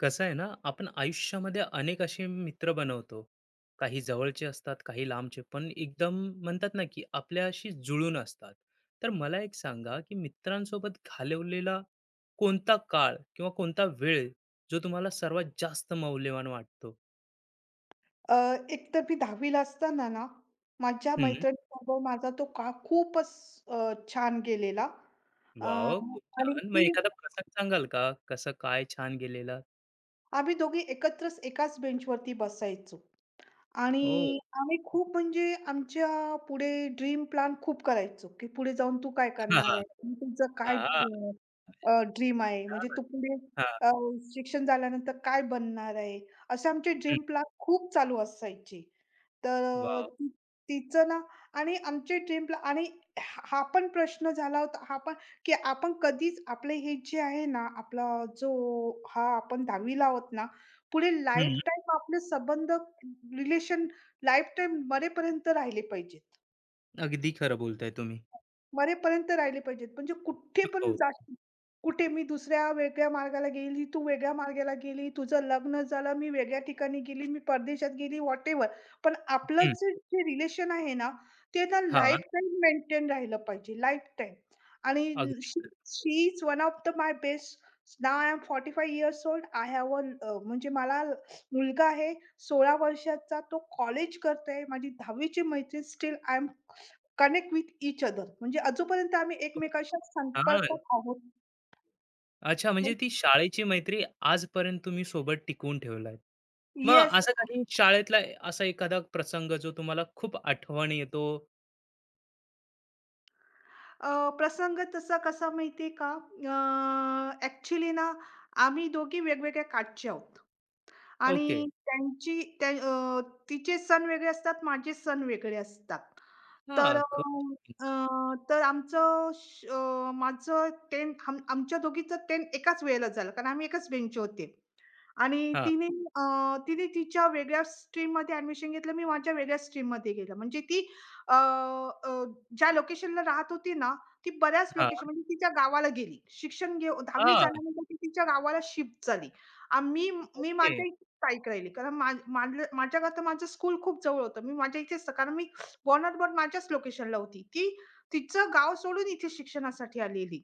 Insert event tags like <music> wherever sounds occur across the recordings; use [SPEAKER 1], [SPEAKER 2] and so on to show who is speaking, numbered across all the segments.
[SPEAKER 1] कसं आहे ना, आपण आयुष्यामध्ये अनेक असे मित्र बनवतो. काही जवळचे असतात, काही लांबचे, पण एकदम म्हणतात ना, की आपल्याशी जुळून असतात. तर मला एक सांगा, की मित्रांसोबत घालवलेला कोणता काळ किंवा कोणता वेळ जो तुम्हाला सर्वात जास्त मौल्यवान वाटतो?
[SPEAKER 2] अ, एकतर मी 10वी ला असताना ना, माझ्या
[SPEAKER 1] हम्म.
[SPEAKER 2] मैत्रिणीसोबत माझा तो काळ खूपच छान गेलेला. अ,
[SPEAKER 1] वाव, खूप
[SPEAKER 2] आणि
[SPEAKER 1] छान. मग
[SPEAKER 2] ती
[SPEAKER 1] एखादा प्रसंग सांगाल का, कसं काय छान गेलेला?
[SPEAKER 2] आम्ही दोघी एकत्रच एकाच बेंचवरती बसायचो.
[SPEAKER 1] हो.
[SPEAKER 2] आणि आम्ही खूप म्हणजे आमच्या पुढे ड्रीम प्लॅन खूप करायचो, की पुढे जाऊन तू काय
[SPEAKER 1] हा,
[SPEAKER 2] करणार
[SPEAKER 1] हा.
[SPEAKER 2] आहे?
[SPEAKER 1] <laughs>
[SPEAKER 2] आणि तुझं काय
[SPEAKER 1] हा,
[SPEAKER 2] ड्रीम आहे? म्हणजे
[SPEAKER 1] छान.
[SPEAKER 2] तू पुढे
[SPEAKER 1] हा.
[SPEAKER 2] अ, शिक्षण झाल्यानंतर काय बनणार आहे? असे आमचे
[SPEAKER 1] हम्म.
[SPEAKER 2] ड्रीम प्लॅन खूप चालू असायचे. तर
[SPEAKER 1] वाव.
[SPEAKER 2] ती तिचं ना आणि आमचे ड्रीम प्लॅन आणि हा हा पण प्रश्न झाला होता, हा पण की आपण कधीच आपले हे जे आहे ना, आपला जो हा आपण 10वी आहोत ना, पुढे
[SPEAKER 1] हम्म.
[SPEAKER 2] लाईफटाईम आपले संबंध रिलेशन लाईफटाईम मरेपर्यंत राहिले पाहिजेत.
[SPEAKER 1] अगदी खरं बोलताय तुम्ही.
[SPEAKER 2] मरेपर्यंत राहिले पाहिजेत. म्हणजे कुठे पण
[SPEAKER 1] हो.
[SPEAKER 2] जाशील, कुठे मी दुसऱ्या वेगळ्या मार्गाला गेली, तू वेगळ्या मार्गाला गेली, तुझं लग्न झालं, मी वेगळ्या ठिकाणी गेली, मी परदेशात गेली, व्हॉटेव्हर. पण आपलं
[SPEAKER 1] हम्म.
[SPEAKER 2] जे जे रिलेशन आहे ना, ते ना
[SPEAKER 1] हा.
[SPEAKER 2] लाईफटाईम मेंटेन राहिलं पाहिजे, लाईफटाईम. आणि
[SPEAKER 1] अगदी.
[SPEAKER 2] She is one of the my best now I am 45 years old. I have a म्हणजे मला मुलगा आहे 16 वर्षाचा. तो कॉलेज करतोय. माझी 10वी मैत्रीण still I am connect with each other म्हणजे अजूनपर्यंत आम्ही
[SPEAKER 1] हो,
[SPEAKER 2] एकमेकांशी
[SPEAKER 1] छान.
[SPEAKER 2] संपर्कात आहोत.
[SPEAKER 1] अच्छा, म्हणजे ती शाळेची मैत्री आजपर्यंत तुम्ही सोबत टिकवून ठेवलाय. मग
[SPEAKER 2] येस.
[SPEAKER 1] असा काही शाळेतला असा एखादा प्रसंग जो तुम्हाला खूप आठवणी येतो?
[SPEAKER 2] अ, प्रसंग तसा कसा माहिती आहे का? ॲक्चुअली ना, आम्ही दोघी वेगवेगळ्या काठचे आहोत आणि
[SPEAKER 1] ओके.
[SPEAKER 2] तिचे सण वेगळे असतात, माझे सण वेगळे असतात. तर
[SPEAKER 1] हां,
[SPEAKER 2] अ,
[SPEAKER 1] खूप.
[SPEAKER 2] अ, तर आमचं श अ, माझं 10 आमच्या दोघीचं 10 एकाच वेळेला झालं कारण आम्ही एकाच बेंचवर होते. आणि
[SPEAKER 1] हां,
[SPEAKER 2] अ, तिने तिच्या वेगळ्या स्ट्रीममध्ये ॲडमिशन घेतलं. मी माझ्या वेगळ्या स्ट्रीममध्ये गेलं. म्हणजे ती अ, अ, ज्या लोकेशनला राहत होती ना, ती बऱ्याच लोकेशन
[SPEAKER 1] हां,
[SPEAKER 2] म्हणजे तिच्या गावाला गेली. शिक्षण घेऊ 10वी
[SPEAKER 1] हां.
[SPEAKER 2] झाल्यानंतर ती तिच्या गावाला शिफ्ट झाली. आणि मी मी
[SPEAKER 1] ओके.
[SPEAKER 2] माझ्या इथे स्थायिक राहिली. कारण मा माझं माझ्या घरात माझं स्कूल खूप जवळ होतं. मी माझ्या इथेच कारण मी बॉर्न माझ्याच लोकेशनला होती. ती तिचं गाव सोडून इथे शिक्षणासाठी आलेली.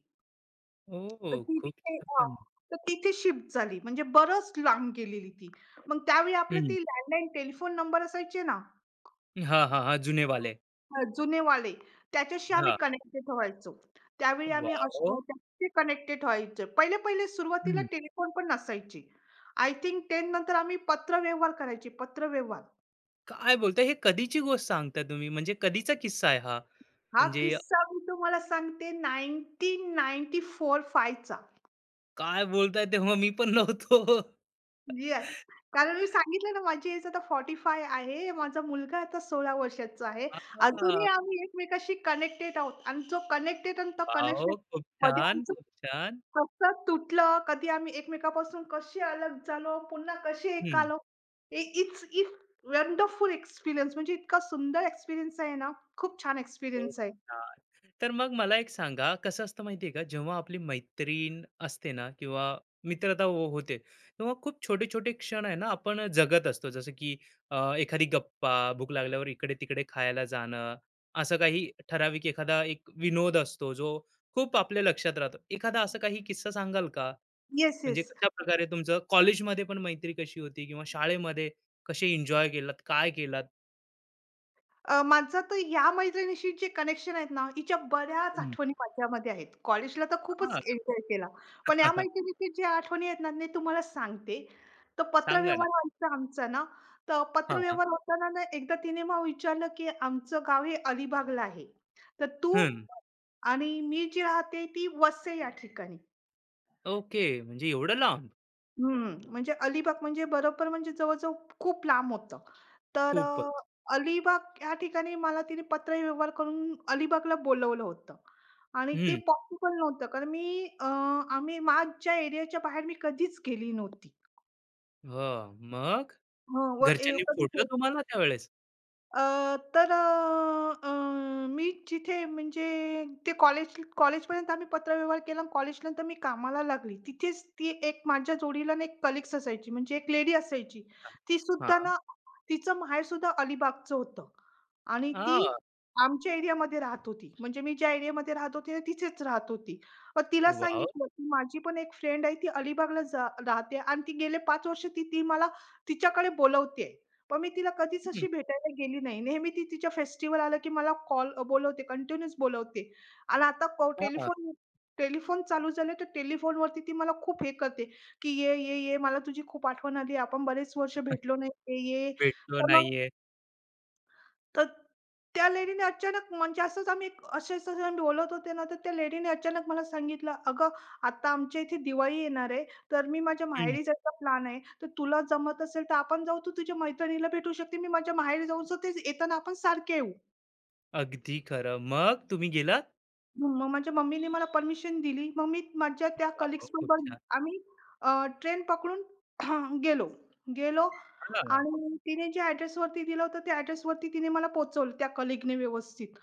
[SPEAKER 1] ओह,
[SPEAKER 2] तर ती
[SPEAKER 1] खूप
[SPEAKER 2] तिथे, हां.
[SPEAKER 1] छान.
[SPEAKER 2] तर तिथे शिफ्ट झाली. म्हणजे बरंच लांब गेलेली ती. मग त्यावेळी आपले
[SPEAKER 1] हं.
[SPEAKER 2] ते लँडलाईन टेलिफोन नंबर असायचे ना,
[SPEAKER 1] हां, हां, हां. जुनेवाले.
[SPEAKER 2] जुनेवाले, त्याच्याशी आम्ही
[SPEAKER 1] हां.
[SPEAKER 2] कनेक्टेड व्हायचो. त्यावेळी आम्ही
[SPEAKER 1] वॉव.
[SPEAKER 2] असं त्याच्याशी कनेक्टेड व्हायचो. पहिले-पहिले सुरुवातीला
[SPEAKER 1] हं.
[SPEAKER 2] टेलिफोन पण नसायचे. आय थिंक 10 नंतर आम्ही पत्रव्यवहार करायचे, पत्रव्यवहार.
[SPEAKER 1] काय बोलताय? हे कधीची गोष्ट सांगताय तुम्ही? म्हणजे कधीचा किस्सा आहे हा?
[SPEAKER 2] हा
[SPEAKER 1] म्हणजे
[SPEAKER 2] किस्सा मी तुम्हाला सांगते 1994-5 चा.
[SPEAKER 1] काय बोलताय, तेव्हा मी पण नव्हतो.
[SPEAKER 2] येस. कारण मी
[SPEAKER 1] <laughs>
[SPEAKER 2] सांगितलं ना, माझी एज आता 45 आहे. माझा मुलगा आता 16 वर्षाचा आहे.
[SPEAKER 1] हां.
[SPEAKER 2] अजूनही आम्ही एकमेकांशी कनेक्टेड आहोत आणि जो कनेक्टेड आणि तो
[SPEAKER 1] वॉव,
[SPEAKER 2] कनेक्शन
[SPEAKER 1] खूप
[SPEAKER 2] कधी
[SPEAKER 1] छान,
[SPEAKER 2] आमचं
[SPEAKER 1] खूप छान.
[SPEAKER 2] कसं तुटलं, कधी आम्ही एकमेकांपासून कसे अलग झालो, पुन्हा कसे एक
[SPEAKER 1] हं,
[SPEAKER 2] आलो. इ इट्स इट्स वंडरफुल एक्सपिरियन्स म्हणजे इतका सुंदर एक्सपिरियन्स आहे ना, खूप छान
[SPEAKER 1] खूप
[SPEAKER 2] एक्सपिरियन्स आहे.
[SPEAKER 1] छान. तर मग मला एक सांगा, कसं असतं माहिती आहे का, जेव्हा आपली मैत्रीण असते ना, किंवा मित्रता होते, तेव्हा खूप छोटे-छोटे क्षण आहे ना, आपण जगत असतो. जसं की एखादी गप्पा, भूक लागल्यावर इकडे-तिकडे खायला जाणं, असं काही ठराविक एखादा एक विनोद असतो, जो खूप आपल्या लक्षात राहतो. एखादा असं काही किस्सा सांगाल का?
[SPEAKER 2] येस,
[SPEAKER 1] म्हणजे
[SPEAKER 2] येस.
[SPEAKER 1] कशाप्रकारे तुमचं कॉलेजमध्ये पण मैत्री कशी होती, किंवा शाळेमध्ये कसे एन्जॉय केलात, काय केलात?
[SPEAKER 2] माझं तर या मैत्रिणीशी जे कनेक्शन आहेत ना, हिच्या बऱ्याच आठवणी माझ्यामध्ये आहेत. कॉलेजला तर खूपच
[SPEAKER 1] हां.
[SPEAKER 2] एन्जॉय केला. पण या
[SPEAKER 1] <laughs>
[SPEAKER 2] मैत्रिणीशी ज्या आठवणी आहेत ना, मी तुम्हाला सांगते. तर
[SPEAKER 1] सांगा ना.
[SPEAKER 2] पत्रव्यवहार व्हायचा आमचा ना, तर
[SPEAKER 1] हां.
[SPEAKER 2] पत्रव्यवहार होताना ना, एकदा तिने मला विचारलं, की "आमचं गाव हे अलिबागला आहे. तर तू
[SPEAKER 1] हं.
[SPEAKER 2] आणि मी जी राहते ती वसई या ठिकाणी.
[SPEAKER 1] ओके. म्हणजे एवढं लांब?
[SPEAKER 2] हं, म्हणजे अलिबाग म्हणजे बरोबर म्हणजे जवळ-जवळ खूप लांब होतं. तर
[SPEAKER 1] खूपच.
[SPEAKER 2] अलिबाग या ठिकाणी मला तिने पत्रव्यवहार करून अलिबागला बोलवलं होतं आणि ते
[SPEAKER 1] हं.
[SPEAKER 2] पॉसिबल नव्हतं कारण आम्ही माझ्या एरियाच्या बाहेर मी कधीच गेली नव्हती.
[SPEAKER 1] हां. मग?
[SPEAKER 2] हं, व ए
[SPEAKER 1] घरच्यांनी फोडलं
[SPEAKER 2] कधीच
[SPEAKER 1] तुम्हाला त्यावेळेस?
[SPEAKER 2] अ, मी जिथे म्हणजे ते कॉलेजपर्यंत आम्ही पत्रव्यवहार केला आणि कॉलेजनंतर मी कामाला लागली. तिथेच ती एक माझ्या जोडीला ना एक कलीग्स असायची म्हणजे एक लेडी असायची.
[SPEAKER 1] हां.
[SPEAKER 2] ती सुद्धा
[SPEAKER 1] हां.
[SPEAKER 2] ना तिचं माहेर सुद्धा अलिबागचं होतं आणि ती
[SPEAKER 1] हां.
[SPEAKER 2] आमच्या एरियामध्ये राहत होती. म्हणजे मी ज्या एरियामध्ये राहत होते ना तिथेच राहत होती. मग तिला
[SPEAKER 1] वॉव.
[SPEAKER 2] सांगितलं, की "माझी पण एक फ्रेंड आहे ती अलिबागला राहते आणि ती गेले 5 वर्ष ती ती मला तिच्याकडे बोलवते पण मी तिला कधीच
[SPEAKER 1] हं.
[SPEAKER 2] अशी भेटायला गेली नाही. नेहमी ती तिच्या फेस्टिव्हल आलं, की मला बोलवते, कंटिन्यूअस बोलवते. आणि आता
[SPEAKER 1] हां.
[SPEAKER 2] टेलिफोन टेलिफोन चालू झाले, तर टेलिफोनवरती ती मला खूप हे करते, की "ये, ये, ये, मला तुझी खूप आठवण आली. आपण बरेच वर्ष भेटलो नाही. ये, ये."
[SPEAKER 1] भेटलो
[SPEAKER 2] तर मग
[SPEAKER 1] नाहीये.
[SPEAKER 2] तर त्या लेडीने अचानक म्हणजे असंच आम्ही असेच तसे आम्ही बोलत होते ना, तर त्या लेडीने अचानक मला सांगितलं, "अगं, आता आमच्या इथे दिवाळी येणार आहे, तर मी माझ्या
[SPEAKER 1] हं.
[SPEAKER 2] माहेरी जायचा प्लॅन आहे. तर तुला जमत असेल तर आपण जाऊ. तू तुझ्या मैत्रिणीला भेटू शकते. मी माझ्या माहेरी जाऊन स्वतःच येताना आपण सारखे येऊ."
[SPEAKER 1] अगदी खरं. मग तुम्ही गेलात?
[SPEAKER 2] मग मग माझ्या मम्मीने मला परमिशन दिली. मग मी माझ्या त्या
[SPEAKER 1] वॉव, खूप
[SPEAKER 2] कलीग्ससोबत
[SPEAKER 1] छान.
[SPEAKER 2] आम्ही ट्रेन पकडून <clears throat> गेलो. गेलो
[SPEAKER 1] हां.
[SPEAKER 2] आणि तिने ज्या ॲड्रेसवरती दिलं होतं, त्या ॲड्रेसवरती तिने मला पोहोचवलं त्या कलीगने व्यवस्थित.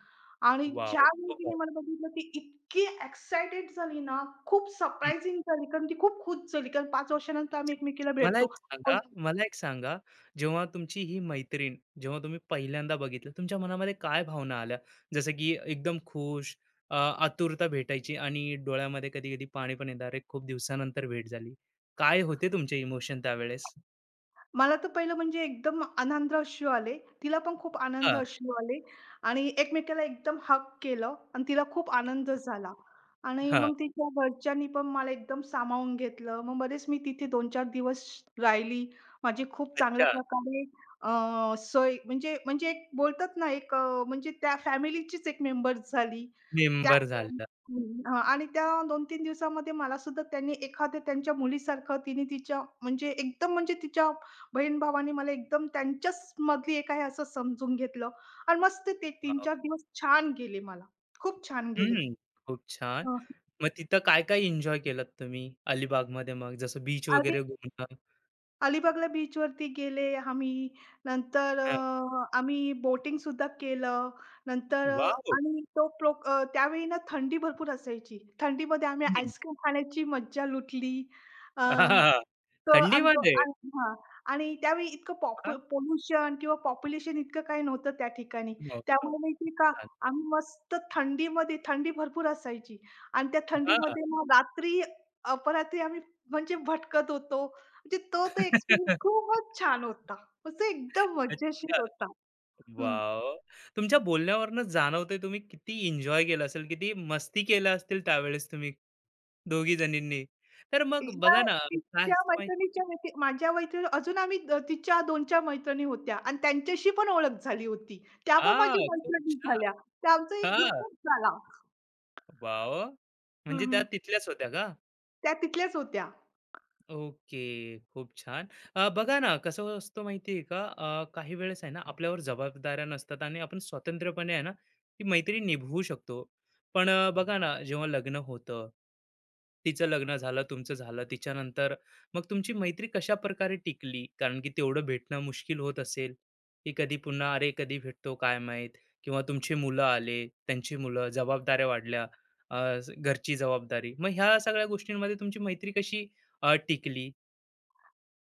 [SPEAKER 2] आणि
[SPEAKER 1] वॉव,
[SPEAKER 2] ज्यावेळी
[SPEAKER 1] खूप
[SPEAKER 2] तिने
[SPEAKER 1] भारी.
[SPEAKER 2] मला बघितलं, ती इतकी एक्साइटेड झाली ना, खूप सरप्रायझिंग झाली कारण ती खूप खुश झाली कारण 5 वर्षानंतर आम्ही एकमेकीला
[SPEAKER 1] मला एक
[SPEAKER 2] भेटतो.
[SPEAKER 1] सांगा मला एक सांगा, जेव्हा तुमची ही मैत्रीण, जेव्हा तुम्ही पहिल्यांदा बघितलं, तुमच्या मनामध्ये काय भावना आल्या? जसं की एकदम खुश, अ, आतुरता भेटायची, आणि डोळ्यामध्ये कधी-कधी पाणी पण येणार आहे, खूप दिवसानंतर भेट झाली. काय होते तुमचे इमोशन त्यावेळेस?
[SPEAKER 2] मला तर पहिलं म्हणजे एकदम आनंद अश्रू आले. तिला पण खूप आनंद
[SPEAKER 1] हां,
[SPEAKER 2] अश्रू आले आणि एकमेकाला एकदम हग केलं आणि तिला खूप आनंद झाला आणि
[SPEAKER 1] हां.
[SPEAKER 2] मग तिच्या घरच्यांनी पण मला एकदम सामावून घेतलं. मग बरेच मी तिथे 2-4 दिवस राहिली. माझी खूप चांगल्या
[SPEAKER 1] अच्छा,
[SPEAKER 2] प्रकारे सोय म्हणजे म्हणजे एक बोलतात ना एक म्हणजे त्या फॅमिलीचीच एक मेंबर झाली. त्या
[SPEAKER 1] मेंबर झालं.
[SPEAKER 2] हं, हां आणि त्या 2-3 दिवसामध्ये मला सुद्धा त्यांनी एखाद्या त्यांच्या मुलीसारखं तिने तिच्या म्हणजे एकदम म्हणजे तिच्या बहीण-भावांनी मला एकदम त्यांच्याच मधली एक आहे असं समजून घेतलं आणि मस्त ते
[SPEAKER 1] वॉव.
[SPEAKER 2] 3-4 दिवस छान गेले मला. खूप छान गेले.
[SPEAKER 1] हं, खूप छान.
[SPEAKER 2] अ,
[SPEAKER 1] मग तिथं काय-काय एन्जॉय केलात तुम्ही अलिबागमध्ये मग? जसं बीच
[SPEAKER 2] आणि
[SPEAKER 1] वगैरे घुमणं?
[SPEAKER 2] अलिबागला बीचवरती गेले आम्ही. नंतर
[SPEAKER 1] हां.
[SPEAKER 2] आम्ही बोटिंग सुद्धा केलं. नंतर
[SPEAKER 1] वॉव.
[SPEAKER 2] आणि तो प्रो अ, त्यावेळी ना थंडी भरपूर असायची. थंडीमध्ये आम्ही
[SPEAKER 1] हं.
[SPEAKER 2] आईस्क्रीम खाण्याची मज्जा लुटली. अ
[SPEAKER 1] <laughs>
[SPEAKER 2] तो आणि तो
[SPEAKER 1] थंडीमध्ये?
[SPEAKER 2] आणि हां. आणि त्यावेळी इतकं पोल्युशन किंवा पॉप्युलेशन इतकं काही नव्हतं त्या ठिकाणी.
[SPEAKER 1] नव्हता.
[SPEAKER 2] त्यामुळे माहिती
[SPEAKER 1] खूप
[SPEAKER 2] आहे का,
[SPEAKER 1] छान.
[SPEAKER 2] आम्ही मस्त थंडीमध्ये थंडी भरपूर असायची आणि त्या
[SPEAKER 1] हां.
[SPEAKER 2] थंडीमध्ये मग रात्री अपरात्री आम्ही म्हणजे भटकत होतो. म्हणजे तो तो एक्सपिरियन्स
[SPEAKER 1] <laughs>
[SPEAKER 2] खूपच छान होता. असं एकदम
[SPEAKER 1] अच्छा.
[SPEAKER 2] मजेशीर होता. हं.
[SPEAKER 1] वॉव. तुमच्या बोलण्यावरूनच जाणवतंय तुम्ही किती एन्जॉय केलं असेल, किती मस्ती केल्या असतील त्यावेळेस तुम्ही दोघी जणींनी. तर मग
[SPEAKER 2] एकदा
[SPEAKER 1] बघा ना, काय
[SPEAKER 2] तिच्या
[SPEAKER 1] असतं माहिती.
[SPEAKER 2] मैत्रिणीच्या व्यति माझ्या मैत्रिणी अजून आम्ही द तिच्या 2-4 मैत्रिणी होत्या आणि त्यांच्याशी पण ओळख झाली होती. त्या पण माझ्या
[SPEAKER 1] हां, खूप
[SPEAKER 2] मैत्रिणी
[SPEAKER 1] छान.
[SPEAKER 2] झाल्या. तर आमचा एक
[SPEAKER 1] हां.
[SPEAKER 2] ग्रुपच झाला.
[SPEAKER 1] वॉव.
[SPEAKER 2] हं,
[SPEAKER 1] म्हणजे त्या
[SPEAKER 2] हं.
[SPEAKER 1] तिथल्याच होत्या का?
[SPEAKER 2] त्या तिथल्याच होत्या.
[SPEAKER 1] ओके. खूप छान. बघा ना कसं असतं माहिती आहे का? काही वेळेस आहे ना, आपल्यावर जबाबदाऱ्या नसतात आणि आपण स्वतंत्रपणे आहे ना ती मैत्री निभवू शकतो. पण बघा ना, जेव्हा लग्न होतं, तिचं लग्न झालं, तुमचं झालं, तिच्यानंतर मग तुमची मैत्री कशाप्रकारे टिकली? कारण की तेवढं भेटणं मुश्किल होत असेल, की कधी पुन्हा अरे कधी भेटतो काय माहीत? किंवा तुमची मुलं आले, त्यांची मुलं, जबाबदाऱ्या वाढल्या, घरची जबाबदारी. मग ह्या सगळ्या गोष्टींमध्ये तुमची मैत्री कशी टिकली.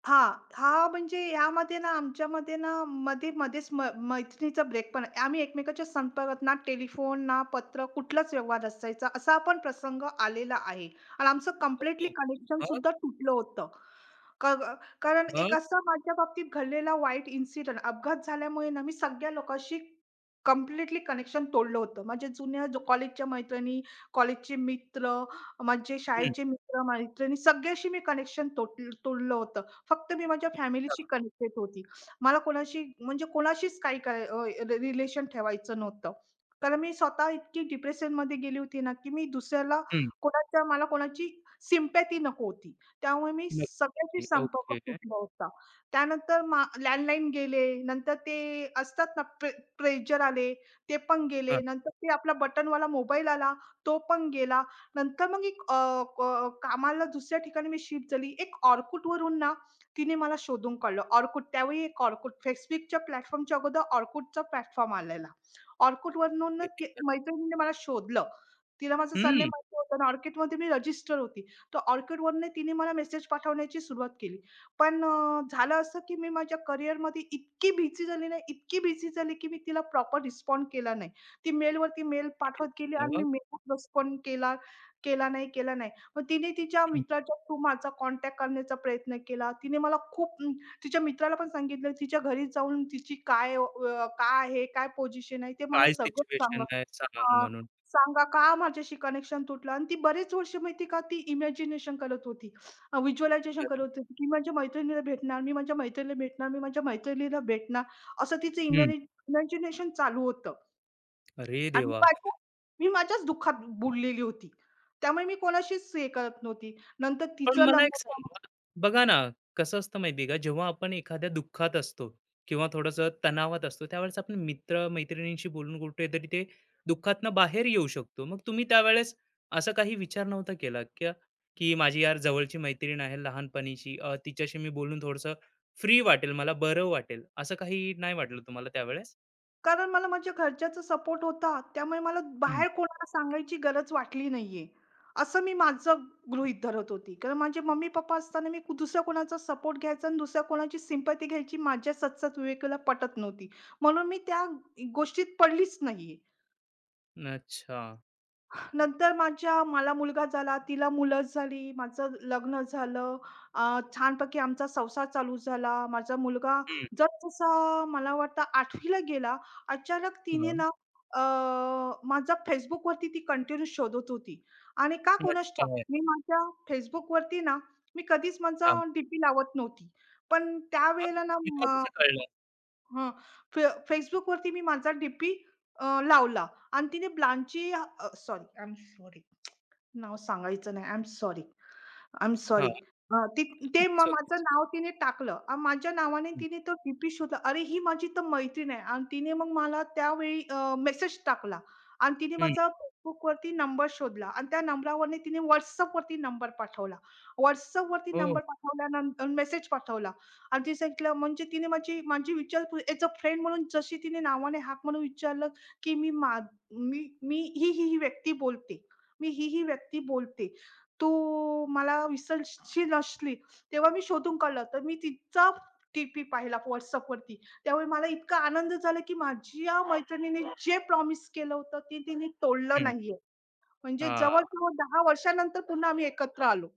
[SPEAKER 2] हां, हां, म्हणजे यामध्ये ना आमच्यामध्ये ना मध्ये-मध्येच मैत्रिणीचा ब्रेक पण आहे. आम्ही एकमेकांच्या संपर्कात ना टेलिफोन, ना पत्र कुठलाच व्यवहार असायचा असा पण प्रसंग आलेला आहे आणि आमचं कंप्लीटली
[SPEAKER 1] ओके. मग
[SPEAKER 2] कनेक्शनसुद्धा तुटलं होतं. क ग कारण
[SPEAKER 1] मग
[SPEAKER 2] एक असा माझ्या बाबतीत घडलेला वाईट इन्सिडेंट अपघात झाल्यामुळे ना, मी सगळ्या लोकांशी कंप्लीटली कनेक्शन तोडलं होतं. माझ्या जुन्या जो कॉलेजच्या मैत्रिणी, कॉलेजचे मित्र, माझे
[SPEAKER 1] हं,
[SPEAKER 2] शाळेचे मित्र-मैत्रिणी सगळ्याशी मी कनेक्शन तोडलं होतं. फक्त मी माझ्या
[SPEAKER 1] हां,
[SPEAKER 2] फॅमिलीशी कनेक्टेड होती. मला कोणाशी म्हणजे कोणाशीच काही काय रिलेशन ठेवायचं नव्हतं. कारण मी स्वतः इतकी डिप्रेशनमध्ये गेली होती ना, की मी दुसऱ्याला
[SPEAKER 1] हं.
[SPEAKER 2] कोणाच्या मला कोणाची सिम्पॅथी नको होती. त्यामुळे मी सगळ्याशी
[SPEAKER 1] नक्की.
[SPEAKER 2] संपर्क
[SPEAKER 1] ओके.
[SPEAKER 2] तुटला होता. त्यानंतर लँडलाईन गेले, नंतर ते असतात ना आले, ते पण गेले.
[SPEAKER 1] हां.
[SPEAKER 2] नंतर ते आपला बटनवाला मोबाईल आला, तो पण गेला. नंतर मग कामाला दुसऱ्या ठिकाणी मी शिफ्ट झाली. एक Orkutवरून ना तिने मला शोधून काढलं. Orkut त्यावेळी एक Orkut, Facebookच्या प्लॅटफॉर्मच्या अगोदर Orkutचा प्लॅटफॉर्म आलेला. Orkutवरून ना
[SPEAKER 1] <unintelligible>
[SPEAKER 2] मैत्रिणीने मला शोधलं. तिला माझं सरनेम
[SPEAKER 1] हं.
[SPEAKER 2] माहिती होतं आणि Orkutमध्ये मी रजिस्टर होती. तर Orchid वरनं तिने मला मेसेज पाठवण्याची सुरुवात केली. पण झालं असं, की मी माझ्या करिअरमध्ये इतकी बिझी झाली ना, इतकी बिझी झाली, की मी तिला प्रॉपर रिस्पॉन्ड केला नाही. ती मेलवरती मेल पाठवत गेली आणि मी
[SPEAKER 1] मग.
[SPEAKER 2] मेलवर रिस्पॉन्ड केला केला नाही, केला नाही. मग तिने तिच्या
[SPEAKER 1] हं.
[SPEAKER 2] मित्राच्या थ्रू माझा कॉन्टॅक्ट करण्याचा प्रयत्न केला. तिने मला खूप तिच्या मित्राला पण सांगितलं, तिच्या घरी जाऊन तिची काय आहे, काय पोझिशन आहे ते मला
[SPEAKER 1] काय
[SPEAKER 2] सगळं सांगा.
[SPEAKER 1] सिच्युएशन आहे सांग
[SPEAKER 2] हां.
[SPEAKER 1] म्हणून?
[SPEAKER 2] सांगा का माझ्याशी कनेक्शन तुटलं आणि ती बरेच वर्ष माहिती आहे का ती इमॅजिनेशन करत होती.
[SPEAKER 1] की
[SPEAKER 2] व्हिज्युअलायझेशन
[SPEAKER 1] अरे.
[SPEAKER 2] करत होती, की माझ्या मैत्रिणीला भेटणार, मी माझ्या मैत्रिणीला भेटणार, मी माझ्या मैत्रिणीला भेटणार, असं तिचं
[SPEAKER 1] हं.
[SPEAKER 2] इमॅजिनेशन चालू होतं.
[SPEAKER 1] अरे
[SPEAKER 2] आणि
[SPEAKER 1] देवा.
[SPEAKER 2] मी माझ्याच दुःखात बुडलेली होती. त्यामुळे मी कोणाशीच हे करत नव्हती. नंतर
[SPEAKER 1] पण
[SPEAKER 2] तिचं
[SPEAKER 1] मला एक
[SPEAKER 2] लग्न झालं.
[SPEAKER 1] सांगा, बघा ना, कसं असतं माहिती आहे का, जेव्हा आपण एखाद्या दुःखात असतो किंवा थोडंसं तणावात असतो, त्यावेळेस आपण मित्र-मैत्रिणींशी बोलून कुठेतरी ते दुःखातनं बाहेर येऊ शकतो. मग तुम्ही त्यावेळेस असा काही विचार नव्हता केला का, की माझी यार जवळची मैत्रीण आहे लहानपणीची, तिच्याशी मी बोलून थोडंसं फ्री वाटेल, मला बरं वाटेल, असं काही नाही वाटलं तुम्हाला त्यावेळेस?
[SPEAKER 2] कारण मला माझ्या घरच्याचा सपोर्ट होता. त्यामुळे मला
[SPEAKER 1] हं.
[SPEAKER 2] बाहेर कोणाला सांगायची गरज वाटली नाहीये. असं मी माझं गृहीत धरत होती. कारण माझे मम्मी-पप्पा असताना मी दुसऱ्या कोणाचा सपोर्ट घ्यायचा आणि दुसऱ्या कोणाची सिम्पथी घ्यायची माझ्या सदसद्विवेकाला पटत नव्हती. म्हणून मी त्या गोष्टीत पडलीच नाहीये.
[SPEAKER 1] अच्छा.
[SPEAKER 2] नंतर मला मुलगा झाला, तिला मुलं झाली, माझं लग्न झालं. छानपैकी आमचा संसार चालू झाला. माझा मुलगा
[SPEAKER 1] हं.
[SPEAKER 2] जसजसा मला वाटतं 8वी ला गेला, अचानक तिने
[SPEAKER 1] हां.
[SPEAKER 2] ना अ, माझा Facebookवरती ती कंटिन्यू शोधत होती आणि का कोणास
[SPEAKER 1] अच्छा.
[SPEAKER 2] ठाऊक मी माझ्या Facebookवरती ना, मी कधीच माझा
[SPEAKER 1] हां.
[SPEAKER 2] लावत नव्हती. पण
[SPEAKER 1] मग
[SPEAKER 2] त्यावेळेला ना
[SPEAKER 1] तिला कसं
[SPEAKER 2] मग
[SPEAKER 1] कळलं?
[SPEAKER 2] हां. फे Facebookवरती मी माझा डी-पी लावला आणि तिने सॉरी, आय एम सॉरी. नाव सांगायचं नाही. I am sorry. I am
[SPEAKER 1] हां,
[SPEAKER 2] सॉरी. अ, ती ते
[SPEAKER 1] इट्स
[SPEAKER 2] मग
[SPEAKER 1] ओके.
[SPEAKER 2] माझं नाव तिने टाकलं आणि माझ्या नावाने
[SPEAKER 1] हं.
[SPEAKER 2] तिने तो डीपी शोधला. अरे, ही माझी तर मैत्रीण आहे आणि तिने मग मला त्यावेळी मेसेज टाकला आणि तिने
[SPEAKER 1] हं.
[SPEAKER 2] माझा Facebookवरती नंबर शोधला आणि त्या नंबरावरून तिने WhatsAppवरती नंबर पाठवला. WhatsAppवरती
[SPEAKER 1] हो.
[SPEAKER 2] नंबर पाठवल्यानंतर मेसेज पाठवला आणि ती सांगितलं म्हणजे तिने माझी माझी विचारपूस ॲज अ फ्रेंड म्हणून जशी तिने नावाने हाक म्हणून विचारलं, की "मी मा मी मी ही, ही व्यक्ती बोलते. मी ही, ही व्यक्ती बोलते." तू मला विसरशील असली, तेव्हा मी शोधून काढलं. तर मी तिचा डी-पी पाहिला WhatsAppवरती. त्यावेळी मला इतका आनंद झाला, की माझ्या मैत्रिणीने जे प्रॉमिस केलं होतं, ते तिने तोडलं नाहीये. म्हणजे
[SPEAKER 1] हां.
[SPEAKER 2] जवळ-जवळ 10 वर्षानंतर पुन्हा आम्ही एकत्र आलो.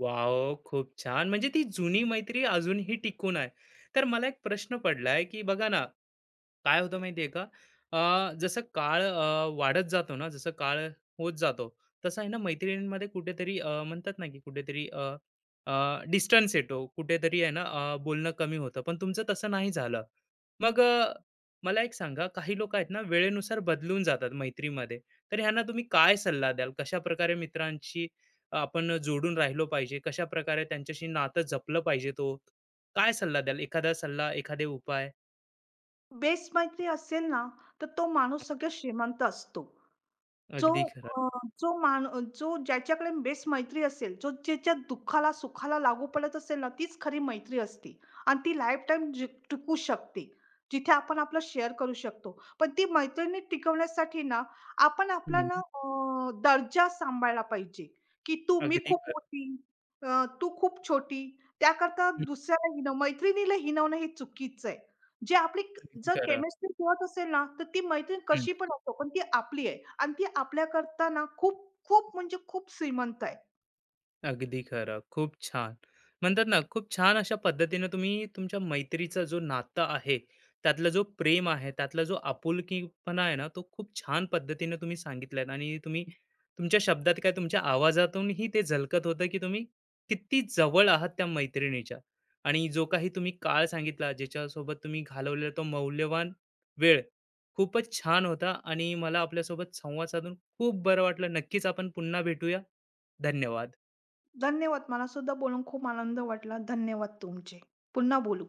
[SPEAKER 1] वॉव, खूप छान. म्हणजे ती जुनी मैत्री अजूनही टिकून आहे. तर मला एक प्रश्न पडलाय, की बघा ना, काय होतं माहितीये का? जसं काळ वाढत जातो ना, जसं काळ होत जातो, तसं आहे ना मैत्रिणींमध्ये कुठेतरी म्हणतात ना, की कुठेतरी डिस्टन्स येतो. कुठेतरी आहे ना बोलणं कमी होतं. पण तुमचं तसं नाही झालं. मग मला एक सांगा, काही लोकं आहेत ना वेळेनुसार बदलून जातात मैत्रीमध्ये. तर ह्यांना तुम्ही काय सल्ला द्याल? कशाप्रकारे मित्रांशी आपण जोडून राहिलो पाहिजे? कशाप्रकारे त्यांच्याशी नातं जपलं पाहिजे तो? काय सल्ला द्याल? एखादा सल्ला, एखादे उपाय?
[SPEAKER 2] बेस्ट मैत्री असेल ना, तर तो माणूस सगळ्यात श्रीमंत असतो. जो
[SPEAKER 1] अगदी खरं.
[SPEAKER 2] अ, जो मान जो ज्याच्याकडे बेस्ट मैत्री असेल, जो ज्याच्या दुःखाला, सुखाला लागू पडत असेल ना, तीच खरी मैत्री असते आणि ती लाईफटाईम जी टिकू शकते. जिथे आपण आपलं शेअर करू शकतो. पण ती मैत्रिणी टिकवण्यासाठी ना, आपण आपला ना
[SPEAKER 1] हं.
[SPEAKER 2] दर्जा सांभाळला पाहिजे, की तू मी
[SPEAKER 1] अगदी
[SPEAKER 2] खूप
[SPEAKER 1] खरं.
[SPEAKER 2] मोठी, तू खूप छोटी. त्याकरता
[SPEAKER 1] खरं.
[SPEAKER 2] दुसऱ्याला मैत्रिणीला हिणवणं हे चुकीचं आहे. जे आपली
[SPEAKER 1] हं.
[SPEAKER 2] जर
[SPEAKER 1] खरं.
[SPEAKER 2] केमिस्ट्री जुळत असेल ना, तर ती मैत्रीण कशी पण असो, पण ती आपली आहे आणि ती आपल्याकरता ना खूप, खूप म्हणजे खूप श्रीमंत आहे.
[SPEAKER 1] अगदी खरं. खूप छान. म्हणतात ना, खूप छान अशा पद्धतीने तुम्ही तुमच्या मैत्रीचा जो नातं आहे, त्यातला जो प्रेम आहे, त्यातला जो आपुलकीपणा आहे ना, तो खूप छान पद्धतीने तुम्ही सांगितलात, आणि तुम्ही तुमच्या शब्दात काय तुमच्या आवाजातूनही ते झलकत होतं, की तुम्ही किती जवळ आहात त्या मैत्रिणीच्या, आणि जो काही तुम्ही काळ सांगितला, ज्याच्यासोबत तुम्ही घालवलेला तो मौल्यवान वेळ खूपच छान होता, आणि मला आपल्यासोबत संवाद साधून खूप बरं वाटलं. नक्कीच आपण पुन्हा भेटूया. धन्यवाद.
[SPEAKER 2] धन्यवाद. मला सुद्धा बोलून खूप आनंद वाटला. धन्यवाद तुमचे. पुन्हा बोलू.